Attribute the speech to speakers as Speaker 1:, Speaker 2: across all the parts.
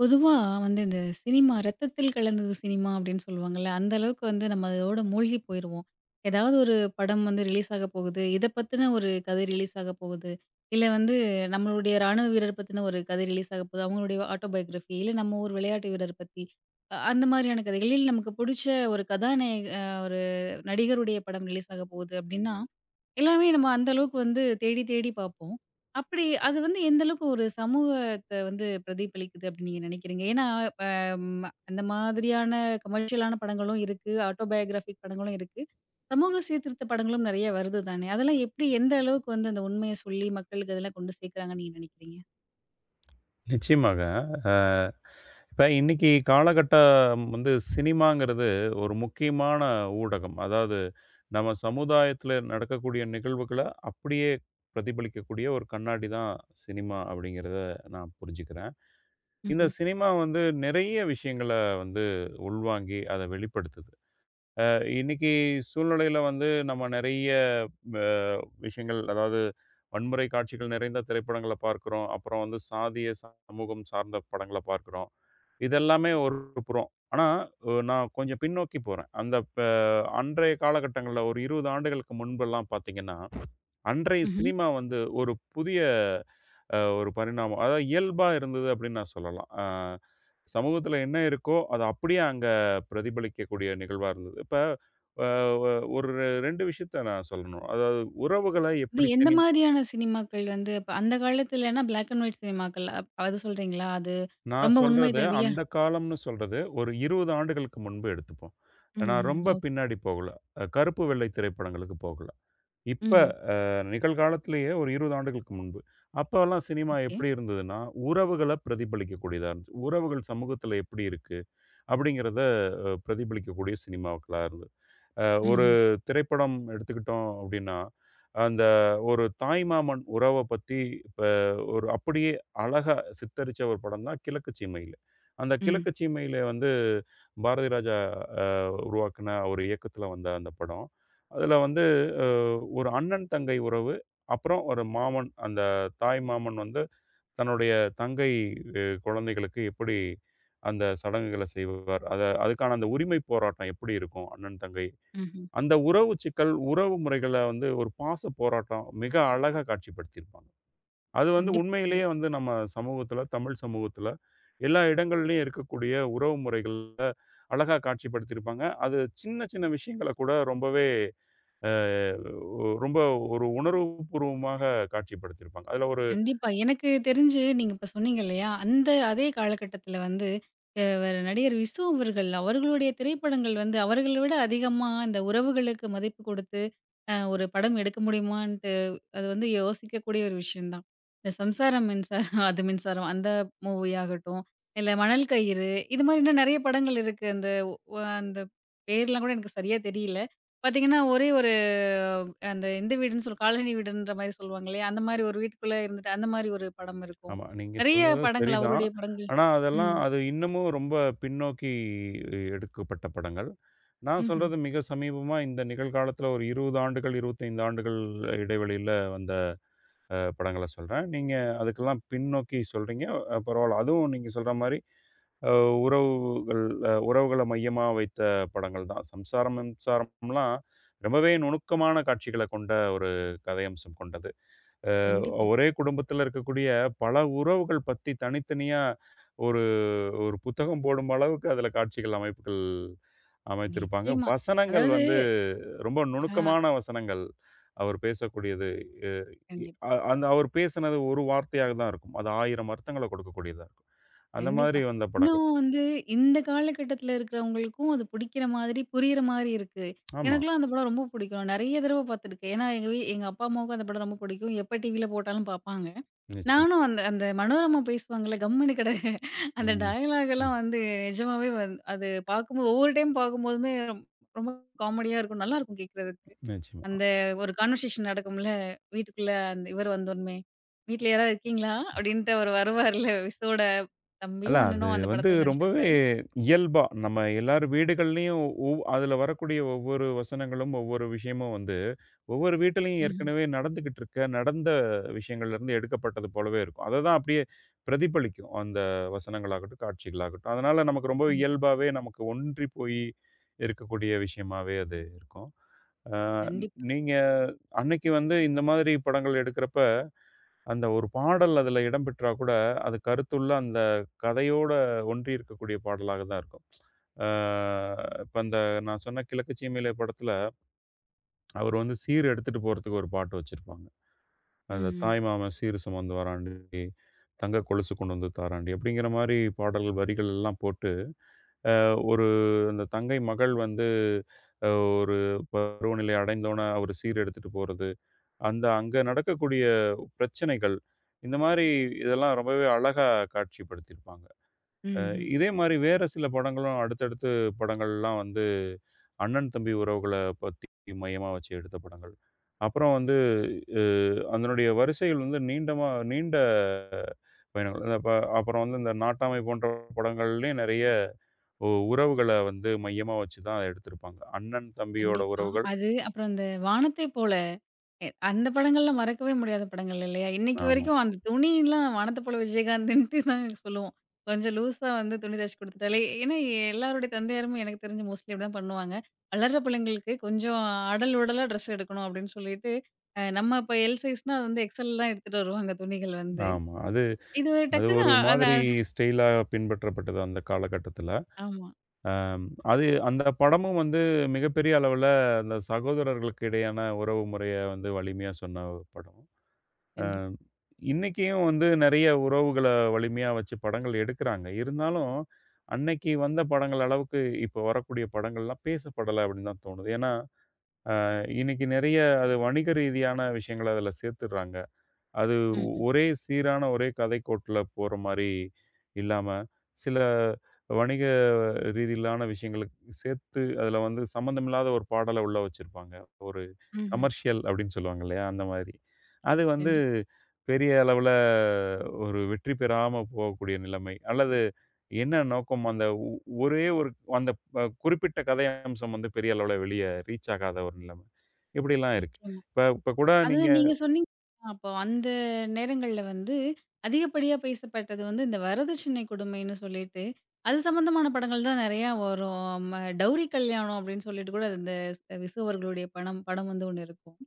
Speaker 1: பொதுவா வந்து இந்த சினிமா ரத்தத்தில் கலந்தது சினிமா அப்படின்னு சொல்லுவாங்கல்ல. அந்த அளவுக்கு வந்து நம்ம அதோட மூழ்கி போயிருவோம். ஏதாவது ஒரு படம் வந்து ரிலீஸ் ஆக போகுது. இத பத்தின ஒரு கதை ரிலீஸ் ஆக போகுது. இல்ல வந்து நம்மளுடைய ராணுவ வீரர் பத்தின ஒரு கதை ரிலீஸ் ஆக போகுது. அவங்களுடைய ஆட்டோபயோகிராஃபி இல்ல நம்ம ஒரு விளையாட்டு வீரர் பத்தி. அந்த மாதிரியான கதைகளில் நமக்கு புடிச்ச ஒரு கதாநாயக ஒரு நடிகருடைய படம் ரிலீஸ் ஆக போகுது அப்படின்னா, எல்லாமே நம்ம அந்த அளவுக்கு வந்து தேடி தேடி பார்ப்போம். அப்படி அது வந்து எந்த அளவுக்கு ஒரு சமூகத்த வந்து பிரதிபலிக்குது அப்படின்னு நீங்க நினைக்கிறீங்க? ஏன்னா, அம் அந்த மாதிரியான கமர்ஷியலான படங்களும் இருக்கு. ஆட்டோபயோகிராஃபிக் படங்களும் இருக்கு. சமூக சீர்திருத்த படங்களும் நெறைய வருது தானே! அதெல்லாம் எப்படி எந்த அளவுக்கு வந்து அந்த உண்மைய சொல்லி மக்களுக்கு அதெல்லாம் கொண்டு சேர்க்கிறாங்கன்னு நீங்க நினைக்கிறீங்க?
Speaker 2: நிச்சயமாக. அ இப்ப இன்னைக்கு காலகட்டம் வந்து சினிமாங்கிறது ஒரு முக்கியமான ஊடகம். அதாவது நம்ம சமுதாயத்தில நடக்கக்கூடிய நிகழ்வுகள அப்படியே பிரதிபலிக்கக்கூடிய ஒரு கண்ணாடி தான் சினிமா அப்படிங்கிறத நான் புரிஞ்சுக்கிறேன். இந்த
Speaker 1: ம்ஹ்ம்.
Speaker 2: சினிமா வந்து நிறைய விஷயங்கள வந்து உள்வாங்கி அத வெளிப்படுத்துது. இன்னைக்கு சூழ்நிலையில வந்து நம்ம நிறைய அ, விஷயங்கள் அதாவது வன்முறை காட்சிகள் நிறைந்த திரைப்படங்களை பார்க்கிறோம். அப்புறம் வந்து சாதிய சமூகம் சார்ந்த படங்கள பார்க்கிறோம். இதெல்லாமே ஒரு புறம். ஆனா, நான் கொஞ்சம் பின்னோக்கி போறேன். அந்த ப அன்றைய காலகட்டங்கள்ல ஒரு 20 ஆண்டுகளுக்கு முன்பெல்லாம் பார்த்தீங்கன்னா, அன்றைய
Speaker 1: ம்ஹ்ம்.
Speaker 2: சினிமா வந்து ஒரு புதிய ஒரு பரிணாமம். அதாவது இயல்பா இருந்தது அப்படின்னு நான் சொல்லலாம். சமூகத்தில என்ன இருக்கோ, அது அப்படியே அங்க பிரதிபலிக்கக்கூடிய நிகழ்வா இருந்தது. இப்ப அ ஒ ஒரு 2 விஷயத்த நான் சொல்லணும். அதாவது உறவுகள
Speaker 1: இது
Speaker 2: எப்படி
Speaker 1: எந்த
Speaker 2: செனி
Speaker 1: மாதிரியான சினிமாக்கள் வந்து இப்ப அந்த காலத்துலன்னா பிளாக் அண்ட் ஒயிட் சினிமாக்கள் அது சொல்றீங்களா? அது
Speaker 2: நான்
Speaker 1: ரொம்ப உண்மை
Speaker 2: சொல்றது
Speaker 1: தெரியா
Speaker 2: அந்த காலம்னு சொல்றது ஒரு 20 ஆண்டுகளுக்கு முன்பு எடுத்துப்போம். நான்
Speaker 1: ம்ஹ்ம்.
Speaker 2: ரொம்ப
Speaker 1: ஓ
Speaker 2: பின்னாடி போகல. கருப்பு வெள்ளை திரைப்படங்களுக்கு போகல. இப்ப
Speaker 1: ம்ஹ்ம்.
Speaker 2: நிகழ்காலத்திலேயே ஒரு 20 ஆண்டுகளுக்கு முன்பு. அப்போலாம் சினிமா
Speaker 1: ஓகே.
Speaker 2: எப்படி இருந்ததுன்னா, உறவுகள பிரதிபலிக்கக்கூடியதா இருந்துச்சு. உறவுகள் சமூகத்தில எப்படி இருக்கு? அப்படிங்கிறத பிரதிபலிக்கக்கூடிய சினிமாக்களா இருந்தது. அ ஒரு
Speaker 1: ம்ஹ்ம்.
Speaker 2: திரைப்படம் எடுத்துக்கிட்டோம் அப்படின்னா, அந்த ஒரு தாய்மாமன் உறவ பத்தி இப்ப ஒரு அப்படியே அழகா சித்தரிச்ச ஒரு படம் தான் கிழக்கு சீமையில். அந்த
Speaker 1: ம்.
Speaker 2: கிழக்கு சீமையில வந்து பாரதி ராஜா உருவாக்குன ஒரு இயக்கத்துல வந்த அந்த படம். அதுல வந்து அ ஒரு அண்ணன் தங்கை உறவு, அப்புறம் ஒரு மாமன் அந்த தாய் மாமன் வந்து தன்னுடைய தங்கை குழந்தைகளுக்கு எப்படி அந்த சடங்குகள செய்வார்? அத அதுக்கான அந்த உரிமை போராட்டம் எப்படி இருக்கும்? அண்ணன், தங்கை.
Speaker 1: ம்ஹ்ம்.
Speaker 2: அந்த உறவு சிக்கல், உறவு முறைகள வந்து ஒரு பாச போராட்டம் மிக அழகா காட்சிப்படுத்தியிருப்பாங்க. அது வந்து
Speaker 1: கண்டிப்பா,
Speaker 2: உண்மையிலேயே
Speaker 1: கண்டிப்பா.
Speaker 2: வந்து நம்ம சமூகத்தில, தமிழ் சமூகத்தில எல்லா இடங்கள்லயும் இருக்கக்கூடிய உறவு முறைகள்ல அழகா காட்சிப்படுத்தியிருப்பாங்க. அது சின்ன, சின்ன விஷயங்கள கூட ரொம்பவே அ ரொம்ப ஒரு உணர்வுபூர்வமாக காட்சிப்படுத்தியிருப்பாங்க. அதில ஒரு
Speaker 1: கண்டிப்பா. எனக்கு தெரிஞ்சு நீங்க இப்ப சொன்னீங்க இல்லையா? அந்த அதே காலகட்டத்தில வந்து வேற நடிகர் விசு அவர்கள், அவர்களுடைய திரைப்படங்கள் வந்து அவர்கள விட அதிகமா இந்த உறவுகளுக்கு மதிப்பு குடுத்து ஒரு படம் எடுக்க முடியுமான்ட்டு அது வந்து யோசிக்கக்கூடிய ஒரு விஷயம் தான். இந்த "சம்சாரம் மின்சாரம்" அது மின்சாரம் அந்த மூவி ஆகட்டும், இல்ல "மணல் கயிறு" இது மாரி இன்னும் நெறைய படங்கள் இருக்கு. அந்த ஒ ஒ- அந்த பேர்லாம் கூட எனக்கு சரியா தெரியல. பார்த்தீங்கன்னா, ஒரே ஒரு அந்த எந்த வீடுன்னு சொல் காலனி வீடுன்ற மாரி சொல்லுவாங்க இல்லையா? அந்த மாரி ஒரு வீட்டுக்குள்ள இருந்துட்டு அந்த மாரி ஒரு படம் இருக்கும்.
Speaker 2: ஆமா. நீங்க
Speaker 1: நெறைய
Speaker 2: சொல்வதும்
Speaker 1: படங்கள்
Speaker 2: சரிதான்.
Speaker 1: அவருடைய படங்கள்.
Speaker 2: ஆனா, அதெல்லாம்
Speaker 1: ம்.
Speaker 2: அது இன்னமும் ரொம்ப பின்னோக்கி எடுக்கப்பட்ட படங்கள். நான்
Speaker 1: ம்ஹ்ம்.
Speaker 2: சொல்றது மிக சமீபமா இந்த நிகழ்காலத்தில ஒரு 20 ஆண்டுகள், 25 ஆண்டுகள் இடைவெளியில வந்த படங்கள சொல்றேன். நீங்க அதுக்கெல்லாம் பின்னோக்கி சொல்றீங்க. பரவால்ல. அதுவும் நீங்க சொல்ற மாரி அ உறவுகள் அ உறவுகள மையமா வைத்த படங்கள் தான். சம்சாரம் மின்சாரம்லாம் ரொம்பவே நுணுக்கமான காட்சிகள கொண்ட ஒரு கதை அம்சம் கொண்டது.
Speaker 1: கண்டிப்பா.
Speaker 2: ஒரே குடும்பத்தில இருக்கக்கூடிய பல உறவுகள் பத்தி தனித்தனியா ஒரு ஒரு புத்தகம் போடும் அளவுக்கு அதில காட்சிகள், அமைப்புகள் அமைத்திருப்பாங்க.
Speaker 1: நிச்சயமா.
Speaker 2: வசனங்கள்
Speaker 1: அதாவது
Speaker 2: வந்து ரொம்ப
Speaker 1: ஆ
Speaker 2: நுணுக்கமான வசனங்கள். அவர் பேசக்கூடியது. எ இ
Speaker 1: கண்டிப்பா.
Speaker 2: அ அந்த அவர் பேசினது ஒரு வார்த்தையாக தான் இருக்கும். அது 1000 அர்த்தங்கள கொடுக்கக்கூடியதா இருக்கும். அந்த மாதிரி
Speaker 1: கண்டிப்பா.
Speaker 2: வந்த படங்கள்.
Speaker 1: இன்னும் வந்து இந்த காலகட்டத்தில இருக்கிறவங்களுக்கும் அது பிடிக்கிற மாதிரி, புரியிற மாதிரி இருக்கு.
Speaker 2: ஆமா.
Speaker 1: எனக்கெல்லாம் அந்த படம் ரொம்ப பிடிக்கும். நெறைய தடவ பார்த்துருக்கேன். ஏன்னா எங்க அப்பா, அம்மாவுக்கும் அந்த படம் ரொம்ப பிடிக்கும். எப்ப டிவில போட்டாலும் பார்ப்பாங்க.
Speaker 2: நிச்சயமா.
Speaker 1: நானும் அந்த அந்த மனோரமா பேசுவாங்கல்ல, கம்முனு கெட அந்த
Speaker 2: ம்.
Speaker 1: டயலாக் எல்லாம்
Speaker 2: ம்.
Speaker 1: வந்து நிஜமாவே வந்து அது பார்க்கும்போது ஒவ்வொரு டைம் பார்க்கும்போதுமே ரொம்ப காமெடியா இருக்கும். நல்லாருக்கும் கேட்கறதுக்கு.
Speaker 2: நிச்சயமா.
Speaker 1: அந்த ஒரு கான்வர்சேஷன் நடக்கும்ல, வீட்டுக்குள்ள அந்த இவர் வந்தோனமே, "வீட்ல யாராவது இருக்கீங்களா?" அப்படின்ட்டு அவர் வருவார்ல, விசுவோட
Speaker 2: அல்ல
Speaker 1: தம்பியும்,
Speaker 2: அது
Speaker 1: அண்ணனும் அந்த
Speaker 2: வந்து
Speaker 1: படத்துல
Speaker 2: ரொம்பவே
Speaker 1: நடிச்சிருப்பாரு.
Speaker 2: இயல்பா, நம்ம எல்லார் வீடுகள்லயும் அதுல வரக்கூடிய ஒவ்வொரு வசனங்களும், ஒவ்வொரு விஷயமும் வந்து, ஒவ்வொரு வீட்டிலயும்
Speaker 1: ம்ஹ்ம்.
Speaker 2: ஏற்கனவே நடந்துகிட்டு இருக்க, நடந்த விஷயங்கள்லேருந்து எடுக்கப்பட்டது போலவே இருக்கும். அததான் அப்படியே பிரதிபலிக்கும். அந்த வசனங்களாகட்டும், காட்சிகளாகட்டும். அதனால நமக்கு ரொம்ப
Speaker 1: ஆமா.
Speaker 2: இயல்பாவே நமக்கு ஒன்றி போய் இருக்கக்கூடிய விஷயமாவே அது இருக்கும். அ
Speaker 1: கண்டிப்பா.
Speaker 2: நீங்க அன்னைக்கு வந்து இந்த மாதிரி படங்கள் எடுக்கிறப்ப அந்த ஒரு பாடல் அதில இடம்பெற்றா கூட, அது கருத்துள்ள அந்த கதையோட ஒன்றி இருக்கக்கூடிய பாடலாக தான் இருக்கும். ஆ இப்ப அந்த நான் சொன்ன கிழக்கு சீமையிலே படத்தில, அவர் வந்து சீர் எடுத்துட்டு போறதுக்கு ஒரு பாட்டு வச்சிருப்பாங்க.
Speaker 1: ம்,
Speaker 2: அந்த
Speaker 1: ம்.
Speaker 2: தாய் மாமன் சீர் சுமந்து வரான்டி, தங்க கொலுசு கொண்டு வந்து தாரான்டி அப்படிங்கிற மாரி பாடல்கள் வரிகள் எல்லாம் போட்டு, ஒரு அந்த தங்கை மகள் வந்து அ ஒரு பருவநிலை அடைந்தோன, அவரு சீர் எடுத்துட்டு போறது. அந்த அங்க நடக்கக்கூடிய பிரச்சனைகள், இந்த மாரி இதெல்லாம் ரொம்பவே அழகா காட்சிப்படுத்தியிருப்பாங்க. அ
Speaker 1: ம்ஹ்ம்.
Speaker 2: இதே மாரி வேற சில படங்களும் அடுத்தடுத்து படங்கள்லாம் வந்து அண்ணன், தம்பி உறவுகள பத்தி மையமா வச்சு எடுத்த படங்கள். அப்புறம் வந்து அ அதனுடைய வரிசைகள் வந்து நீண்டமா நீண்ட பயணங்கள். அ அப்ப அப்புறம் வந்து இந்த நாட்டாமை போன்ற படங்கள்லயும் நெறைய உறவுகள வந்து மையமா வச்சு தான் எடுத்திருப்பாங்க. அண்ணன், தம்பியோட
Speaker 1: கண்டிப்பா.
Speaker 2: உறவுகள்.
Speaker 1: அது அப்புறம் அந்த "வானத்தை போல" அந்த படங்கள்லாம் மறக்கவே முடியாத படங்கள் இல்லையா? இன்னைக்கு
Speaker 2: ஆமா,
Speaker 1: வரைக்கும் அந்த துணிலாம் வானத்த போல விஜயகாந்துன்ட்டு தான் சொல்லுவோம். கொஞ்சம் லூஸா வந்து துணி தச்சு குடுத்துட்டாலே ஏன்னா எல்லாருடைய தந்தையாருமே எனக்கு தெரிஞ்சு மோஸ்ட்லி இப்படிதான் பண்ணுவாங்க. வளர்ற பிள்ளைங்களுக்கு கொஞ்சம் அடல் உடலா ட்ரெஸ் எடுக்கணும் அப்படின்னு சொல்லிட்டு, நம்ம இப்ப எல் சைஸ்னா அது வந்து எக்ஸ்எல் தான் எடுத்துட்டு வருவாங்க துணிகள் வந்து.
Speaker 2: ஆமா. அது
Speaker 1: இது
Speaker 2: அது
Speaker 1: டக்குன்னு
Speaker 2: ஒரு
Speaker 1: அந்த
Speaker 2: மாதிரி ஸ்டைலா பின்பற்றப்பட்டது அந்த காலகட்டத்தில.
Speaker 1: ஆமா.
Speaker 2: அம் அது அந்த படமும் வந்து மிகப்பெரிய அளவில அந்த சகோதரர்களுக்கு இடையான உறவு முறைய வந்து வலிமையா சொன்ன ஒரு படம். அ
Speaker 1: கண்டிப்பா.
Speaker 2: இன்னைக்கும் வந்து நெறைய உறவுகள வலிமையா வச்சு படங்கள் எடுக்குறாங்க. இருந்தாலும், அன்னைக்கு வந்த படங்கள் அளவுக்கு இப்ப வரக்கூடிய படங்கள்லாம் பேசப்படல அப்படின்னு தான் தோணுது. ஏன்னா, அ இன்னைக்கு நெறைய அது வணிக ரீதியான விஷயங்கள அதில சேர்த்துடுறாங்க. அது
Speaker 1: ம்ஹ்ம்.
Speaker 2: ஒரே சீரான ஒரே கதைக்கோட்டுல போற மாரி இல்லாம, சில வணிக ரீதியிலான விஷயங்களுக்கு சேர்த்து அதில வந்து சம்மந்தமில்லாத ஒரு பாடல உள்ள வச்சிருப்பாங்க. ஒரு
Speaker 1: ம்ஹ்ம்.
Speaker 2: கமர்ஷியல் அப்படின்னு சொல்லுவாங்க இல்லையா? அந்த மாதிரி. அது வந்து
Speaker 1: கண்டிப்பா.
Speaker 2: பெரிய அளவுல ஒரு வெற்றி பெறாம போகக்கூடிய நிலைமை. அல்லது என்ன நோக்கம் அந்த ஒரே ஒரு அந்த குறிப்பிட்ட கதை அம்சம் வந்து பெரிய அளவுல வெளிய ரீச் ஆகாத ஒரு நிலைமை. இப்படிலாம் இருக்கு.
Speaker 1: நிச்சயமா.
Speaker 2: இப்ப இப்ப கூட நீங்க
Speaker 1: அதான் நீங்க சொன்னீங்க. அப்போ அந்த நேரங்கள்ல வந்து அதிகப்படியா பேசப்பட்டது வந்து இந்த வரதட்சணை கொடுமைன்னு சொல்லிட்டு, அது சம்மந்தமான படங்கள் தான் நெறையா வரும். "டௌரி கல்யாணம்" அப்படின்னு சொல்லிட்டு கூட அந்த விசு அவர்களுடைய படம் படம் வந்து ஒண்ணு இருக்கும்.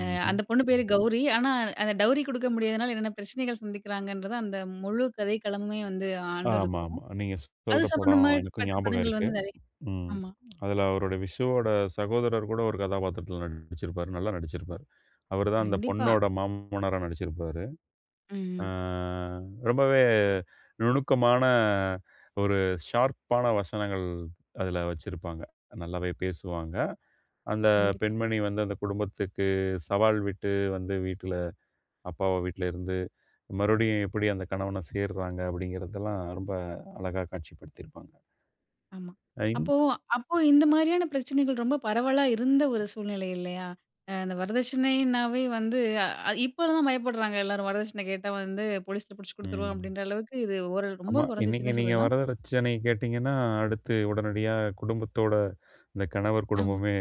Speaker 1: அ
Speaker 2: ம்ஹ்ம்.
Speaker 1: அந்த பொண்ணு பேரு கௌரி. ஆனா அந்த டௌரி குடுக்க முடியாதனால என்னென்ன பிரச்சனைகள் சந்திக்கிறாங்கன்றத அந்த முழு கதைக்களமுமே வந்து ஆண்டு
Speaker 2: ஆமா,
Speaker 1: இருக்கும்.
Speaker 2: ஆமா. நீங்க
Speaker 1: அது
Speaker 2: சொல்ற படம்
Speaker 1: சம்மந்தமா
Speaker 2: எனக்கும்
Speaker 1: பட்ட
Speaker 2: ஞாபகம்
Speaker 1: படங்கள்
Speaker 2: இருக்கு.
Speaker 1: வந்து நெறைய
Speaker 2: ம்.
Speaker 1: ஆமா.
Speaker 2: அதுல அவருடைய விஷ்ணுவோட சகோதரர் கூட ஒரு கதாபாத்திரத்துல நடிச்சிருப்பாரு. நல்லா நடிச்சிருப்பாரு. அவரு தான் அந்த
Speaker 1: கண்டிப்பா.
Speaker 2: பொண்ணோட மாமனாரா நடிச்சிருப்பாரு. ஆ
Speaker 1: ம்.
Speaker 2: ரொம்பவே நுணுக்கமான ஒரு ஷார்ப்பான வசனங்கள் அதுல வச்சிருப்பாங்க. நல்லாவே பேசுவாங்க. அந்த
Speaker 1: கண்டிப்பா.
Speaker 2: பெண்மணி வந்து அந்த குடும்பத்துக்கு சவால் விட்டு வந்து வீட்ல அப்பாவ வீட்ல இருந்து மறுபடியும் எப்படி அந்த கணவன சேர்றாங்க அப்படிங்கிறதெல்லாம் ரொம்ப அழகா காட்சிப்படுத்தியிருப்பாங்க.
Speaker 1: ஆமா.
Speaker 2: ஐந்
Speaker 1: அப்போ அப்போ இந்த மாரியான பிரச்சனைகள் ரொம்ப பரவலா இருந்த ஒரு சூழ்நிலை இல்லையா? இந்த வரதட்சணைனாவே வந்து இப்பலாம் பயப்படுறாங்க எல்லாரும். வரதட்சணை கேட்டா வந்து போலீஸ்ல புடிச்சு குடுத்துருவோம்
Speaker 2: ம்.
Speaker 1: அப்படின்ற அளவுக்கு இது ஒரு
Speaker 2: ஆமா.
Speaker 1: ரொம்ப
Speaker 2: இன்னைக்கு
Speaker 1: குறைஞ்சிச்சுன்னே
Speaker 2: நீங்க
Speaker 1: சொல்லலாம்.
Speaker 2: வரதட்சணை கேட்டீங்கன்னா, அடுத்து உடனடியா குடும்பத்தோட இந்த கணவர்
Speaker 1: ஆமா,
Speaker 2: குடும்பமே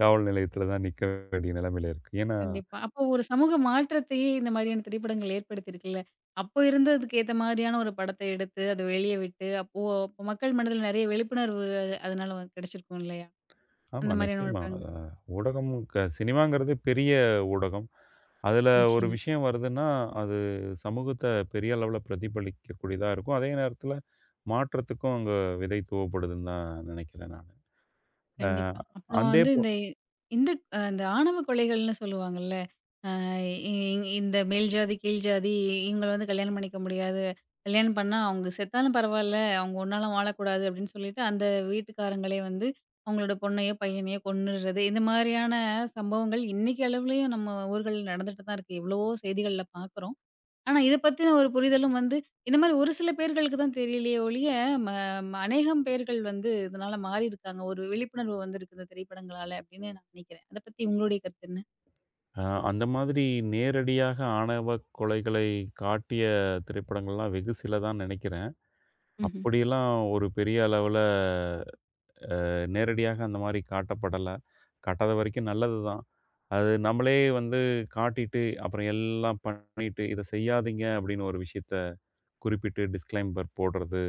Speaker 2: காவல் நிலையத்தில தான் நிக்க வேண்டிய நிலைமையில இருக்கு. ஏன்னா
Speaker 1: கண்டிப்பா. அப்போ ஒரு சமூக மாற்றத்தையே இந்த மாரியான திரைப்படங்கள் ஏற்படுத்தியிருக்குல்ல. அப்போ இருந்ததுக்கு ஏத்த மாரியான ஒரு படத்த எடுத்து, அத வெளிய விட்டு, அப்போ அப்போ மக்கள் மனதில நெறைய விழிப்புணர்வு அதனால வந்து கிடைச்சிருக்கும் இல்லையா?
Speaker 2: ஆமா
Speaker 1: அந்த மாரியான ஒரு
Speaker 2: நிச்சயமா.
Speaker 1: படங்கள்.
Speaker 2: அ ஊடகம் சினிமாங்கிறது பெரிய ஊடகம். அதில ஒரு
Speaker 1: நிச்சயமா.
Speaker 2: விஷயம் வருதுன்னா, அது சமூகத்த பெரிய அளவுல பிரதிபலிக்கக்கூடியதா இருக்கும். அதே நேரத்தில மாற்றத்துக்கும் அங்க விதை துவப்படுதுன்னு தான் நினைக்கிறேன் நானு. அ
Speaker 1: கண்டிப்பா. அப்புறம்
Speaker 2: அந்தே
Speaker 1: வந்து
Speaker 2: போ
Speaker 1: இந்த இந்த ஆணவ கொலைகள்னு சொல்லுவாங்கல்ல. இ இந்த மேல் ஜாதி, கீழ் ஜாதி இவங்கள வந்து கல்யாணம் பண்ணிக்க முடியாது. கல்யாணம் பண்ணா அவங்க செத்தாலும் பரவால்ல. அவங்க ஒன்னால வாழக்கூடாது அப்படின்னு சொல்லிட்டு அந்த வீட்டுக்காரங்களே வந்து அவங்களோட பொண்ணையோ, பையனையோ கொன்னுடுறது. இந்த மாதிரியான சம்பவங்கள் இன்னைக்கு அளவுலயும் நம்ம ஊர்கள்ல நடந்துட்டு தான் இருக்கு. எவ்வளவோ செய்திகள்ல பார்க்குறோம். ஆனா, இத பத்தின ஒரு புரிதலும் வந்து, இந்த மாரி ஒரு சில பேர்களுக்கு தான் தெரியலையே ஒழிய, ம ம, அநேகம் பேர்கள் வந்து இதனால மாறியிருக்காங்க. ஒரு விழிப்புணர்வு வந்திருக்கு இந்த திரைப்படங்களால அப்படின்னு நான் நினைக்கிறேன். அத பத்தி உங்களுடைய கருத்து என்ன?
Speaker 2: அ அந்த மாதிரி நேரடியாக ஆணவ கொலைகளை காட்டிய திரைப்படங்கள்லாம் வெகு சில தான் நினைக்கிறேன்.
Speaker 1: ம்ஹ்ம்.
Speaker 2: அப்படியெல்லாம் ஒரு பெரிய அளவுல நேரடியாக அந்த மாரி காட்டப்படல. காட்டாத வரைக்கும் நல்லது தான். அது நம்மளே வந்து காட்டிட்டு, அப்புறம் எல்லாம் பண்ணிட்டு, "இத செய்யாதீங்க" அப்படின்னு ஒரு விஷயத்த குறிப்பிட்டு டிஸ்க்ளைம்பர் போடுறது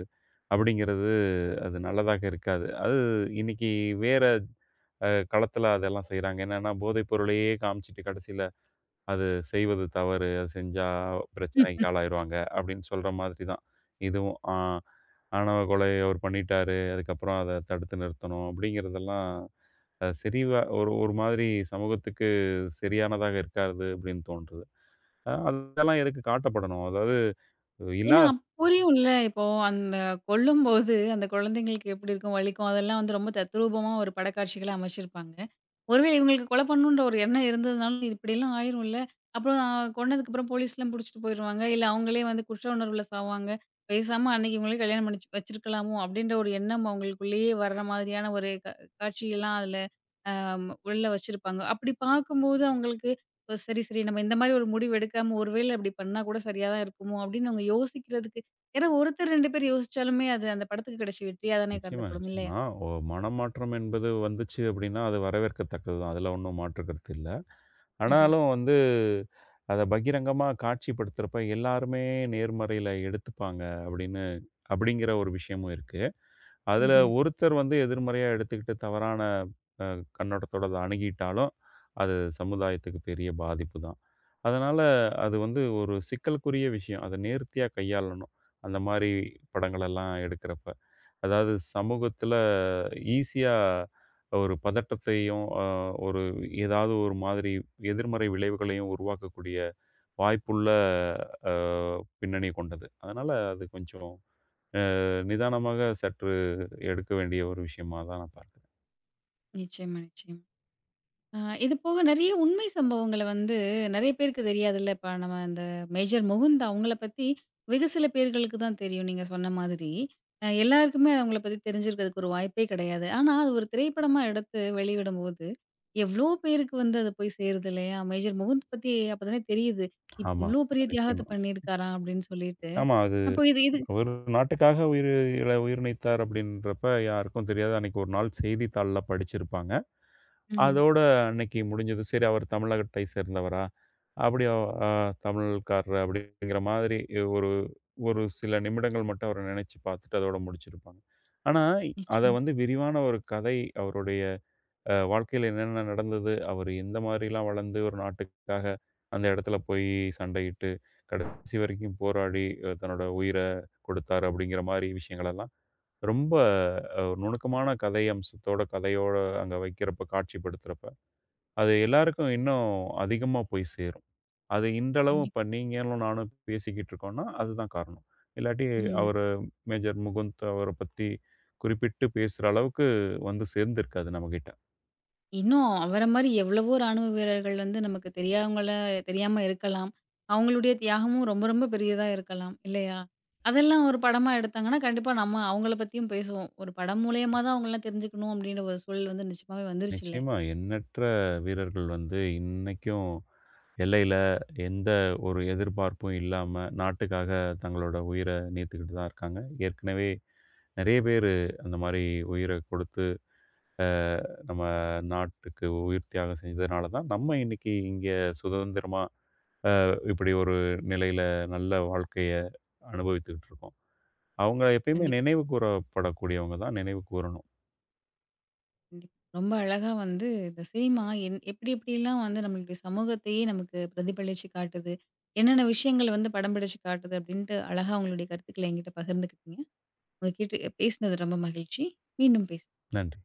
Speaker 2: அப்படிங்கிறது அது நல்லதாக இருக்காது. அது இன்னைக்கு வேற களத்தில அதெல்லாம் செய்றாங்க. என்னன்னா, போதைப் பொருளையே காமிச்சுட்டு கடைசில அது செய்வது தவறு. அது செஞ்சா பிரச்சனைக்கு ஆளாயிருவாங்க அப்படின்னு சொல்ற மாதிரி தான். இதுவும் ஆ ஆணவ கொலை அவர் பண்ணிட்டாரு. அதுக்கப்புறம் அத தடுத்து நிறுத்தணும் அப்படிங்கிறதெல்லாம் சரிவா ஒரு ஒரு மாதிரி சமூகத்துக்கு சரியானதாக இருக்காது அப்படின்னு தோன்றுது. அதெல்லாம் எதுக்கு காட்டப்படணும்? அதாவது
Speaker 1: ஏன்னா
Speaker 2: இல்லாத
Speaker 1: அப்ப புரியும்ல, இப்போ அந்த கொல்லும்போது அந்த குழந்தைங்களுக்கு எப்படி இருக்கும், வலிக்கும். அதெல்லாம் வந்து ரொம்ப தத்ரூபமா ஒரு படக்காட்சிகளா அமைச்சிருப்பாங்க. ஒருவேளை இவங்களுக்கு கொலை பண்ணணுன்ற ஒரு எண்ணம் இருந்ததுனால, இப்படிலாம் ஆயிரும்ல. அப்புறம் கொன்னதுக்கப்புறம் போலீஸ்லாம் புடிச்சுட்டு போயிருவாங்க. இல்ல அவங்களே வந்து குற்ற உணர்வுல சாவாங்க. பேசாம அன்னைக்கு இவங்களே கல்யாணம் பண்ணி வச்சிருக்கலாமோ! அப்படின்ற ஒரு எண்ணம் அவங்களுக்குள்ளேயே வர்ற மாதிரியான ஒரு காட்சியெல்லாம் அதுல உள்ள வச்சிருப்பாங்க. அப்படி பார்க்கும்போது அவங்களுக்கு ஓ, சரி, சரி நம்ம இந்த மாரி ஒரு முடிவு எடுக்காம ஒருவேளை அப்படி பண்ணா கூட சரியா தான் இருக்குமோ! அப்படின்னு அவங்க யோசிக்கிறதுக்கு ஏன்னா ஒருத்தர் 2 பேர் யோசிச்சாலுமே அது அந்த படத்துக்கு கிடைச்ச வெற்றியா தானே
Speaker 2: நிச்சயமா,
Speaker 1: கருதப்படும் இல்லையா?
Speaker 2: நிச்சயமா. மனமாற்றம் என்பது வந்துச்சு அப்படின்னா, அது வரவேற்கத்தக்கது தான். அதுல ஒண்ணும் மாற்று கருத்து இல்ல.
Speaker 1: ம்ஹ்ம்.
Speaker 2: ஆனாலும் வந்து அத பகிரங்கமா காட்சிப்படுத்துறப்ப எல்லாருமே நேர்மறையில எடுத்துப்பாங்க அப்படின்னு அப்படிங்கிற ஒரு விஷயமும் இருக்கு. அதில
Speaker 1: ம்ஹ்ம்.
Speaker 2: ஒருத்தர் வந்து எதிர்மறையா எடுத்துக்கிட்டு தவறான அ கண்ணோட்டத்தோட அத அணுகிட்டாலும், அது சமுதாயத்துக்கு பெரிய பாதிப்பு தான். அதனால அது வந்து ஒரு சிக்கலுக்குரிய விஷயம். அத நேர்த்தியா கையாளணும். அந்த மாரி படங்களெல்லாம் எடுக்கிறப்ப. அதாவது சமூகத்தில ஈஸியா ஒரு பதட்டத்தையும், ஒரு ஏதாவது ஒரு மாதிரி எதிர்மறை விளைவுகளையும் உருவாக்கக்கூடிய வாய்ப்புள்ள அ பின்னணி கொண்டது. அதனால அது கொஞ்சம் நிதானமாக சற்று எடுக்க வேண்டிய ஒரு விஷயமா தான் நான் பார்க்கிறேன்.
Speaker 1: நிச்சயமா, நிச்சயமா. ஆ, இது போக நெறைய உண்மை சம்பவங்கள வந்து நெறைய பேருக்கு தெரியாதுல்ல. இப்ப நம்ம இந்த மேஜர் முகுந்த் அவங்கள பத்தி வெகு சில பேர்களுக்கு தான் தெரியும் நீங்க சொன்ன மாதிரி. அ எல்லாருக்குமே அவங்கள பத்தி தெரிஞ்சிருக்கிறதுக்கு ஒரு வாய்ப்பே கிடையாது. ஆனா அது ஒரு திரைப்படமா எடுத்து வெளியிடும்போது, எவ்ளோ பேருக்கு வந்து அது போய் சேருது இல்லையா? மேஜர் முகுந்த் பத்தி அப்பதானே தெரியுது.
Speaker 2: ஆமா.
Speaker 1: இவ்ளோ பெரிய தியாகத்த
Speaker 2: நிச்சயமா.
Speaker 1: பண்ணியிருக்காராம் அப்படின்னு சொல்லிட்டு.
Speaker 2: ஆமா. அது
Speaker 1: அப்போ இது இது
Speaker 2: ஒரு நாட்டுக்காக உயிர் நீத்தார் அப்படின்றப்ப யாருக்கும் தெரியாது. அன்னைக்கு ஒரு நாள் செய்தித்தாள்ல படிச்சிருப்பாங்க.
Speaker 1: ம்ஹ்ம்.
Speaker 2: அதோட அன்னைக்கு முடிஞ்சது. சரி அவர் தமிழகத்தை சேர்ந்தவரா? அப்படியா அ தமிழ்காரர் அப்படிங்கிற மாதிரி ஒரு ஒரு சில நிமிடங்கள் மட்டும் அவர நினைச்சு பார்த்துட்டு அதோட முடிச்சிருப்பாங்க. ஆனா, அத
Speaker 1: நிச்சயமா.
Speaker 2: வந்து விரிவான ஒரு கதை அவருடைய வாழ்க்கையில என்னென்ன நடந்தது? அவரு எந்த மாதிரிலாம் வளர்ந்து ஒரு நாட்டுக்காக அந்த இடத்துல போய் சண்டையிட்டு, கடைசி வரைக்கும் போராடி தன்னோட உயிர கொடுத்தாரு அப்படிங்கிற மாரி விஷயங்களெல்லாம் ரொம்ப ஒரு நுணுக்கமான கதை அம்சத்தோட, கதையோட அங்க வைக்கிறப்ப, காட்சிப்படுத்துறப்ப, அது எல்லாருக்கும் இன்னும் அதிகமா போய் சேரும். அது இன்றளவும்
Speaker 1: கண்டிப்பா.
Speaker 2: இப்ப நீங்களும் நானும் பேசிக்கிட்டு இருக்கோம்ன்னா, அதுதான் காரணம். இல்லாட்டி
Speaker 1: ம்.
Speaker 2: அவரு மேஜர் முகுந்த் அவர பத்தி குறிப்பிட்டு பேசுற அளவுக்கு வந்து சேர்ந்திருக்காது நம்மகிட்ட.
Speaker 1: இன்னும் அவர மாரி எவ்வளவோ ராணுவ வீரர்கள் வந்து நமக்கு தெரியாமல தெரியாம இருக்கலாம். அவங்களுடைய தியாகமும் ரொம்ப, ரொம்ப பெரியதா இருக்கலாம். இல்லையா? அதெல்லாம் ஒரு படமா எடுத்தாங்கன்னா, கண்டிப்பா நம்ம அவங்கள பத்தியும் பேசுவோம். ஒரு படம் மூலியமா தான் அவங்களலாம் தெரிஞ்சுக்கணும் அப்படின்ற ஒரு சூழல் வந்து நிச்சயமாவே வந்துருச்சு இல்லையா?
Speaker 2: நிச்சயமா. எண்ணற்ற வீரர்கள் வந்து இன்னைக்கும் எல்லையில எந்த ஒரு எதிர்பார்ப்பும் இல்லாம, நாட்டுக்காக தங்களோட உயிர நீத்துக்கிட்டு தான் இருக்காங்க. ஏற்கனவே நெறைய பேரு அந்த மாரி உயிர கொடுத்து, அ நம்ம நாட்டுக்கு உயிர் தியாகம் செஞ்சதுனால தான், நம்ம இன்னைக்கு இங்க சுதந்திரமா இப்படி ஒரு நிலையில நல்ல வாழ்க்கைய அனுபவித்துக்கிட்டு இருக்கோம். அவங்க எப்பயுமே
Speaker 1: கண்டிப்பா,
Speaker 2: நினைவு கூறப்படக்கூடியவங்க தான் நினைவு கூறணும்.
Speaker 1: கண்டிப்பா. ரொம்ப அழகா வந்து இந்த சினிமா எப்படி எப்படிலாம் வந்து நம்மளுடைய சமூகத்தையே நமக்கு பிரதிபலிச்சு காட்டுது. என்னென்ன விஷயங்கள் வந்து படம் பிடிச்சு காட்டுது அப்படின்ட்டு அழகா உங்களுடைய கருத்துக்கள என்கிட்ட பகிர்ந்துக்கிட்டீங்க. உங்ககிட்ட பேசினது ரொம்ப மகிழ்ச்சி. மீண்டும் பேசலாம்.
Speaker 2: நன்றி.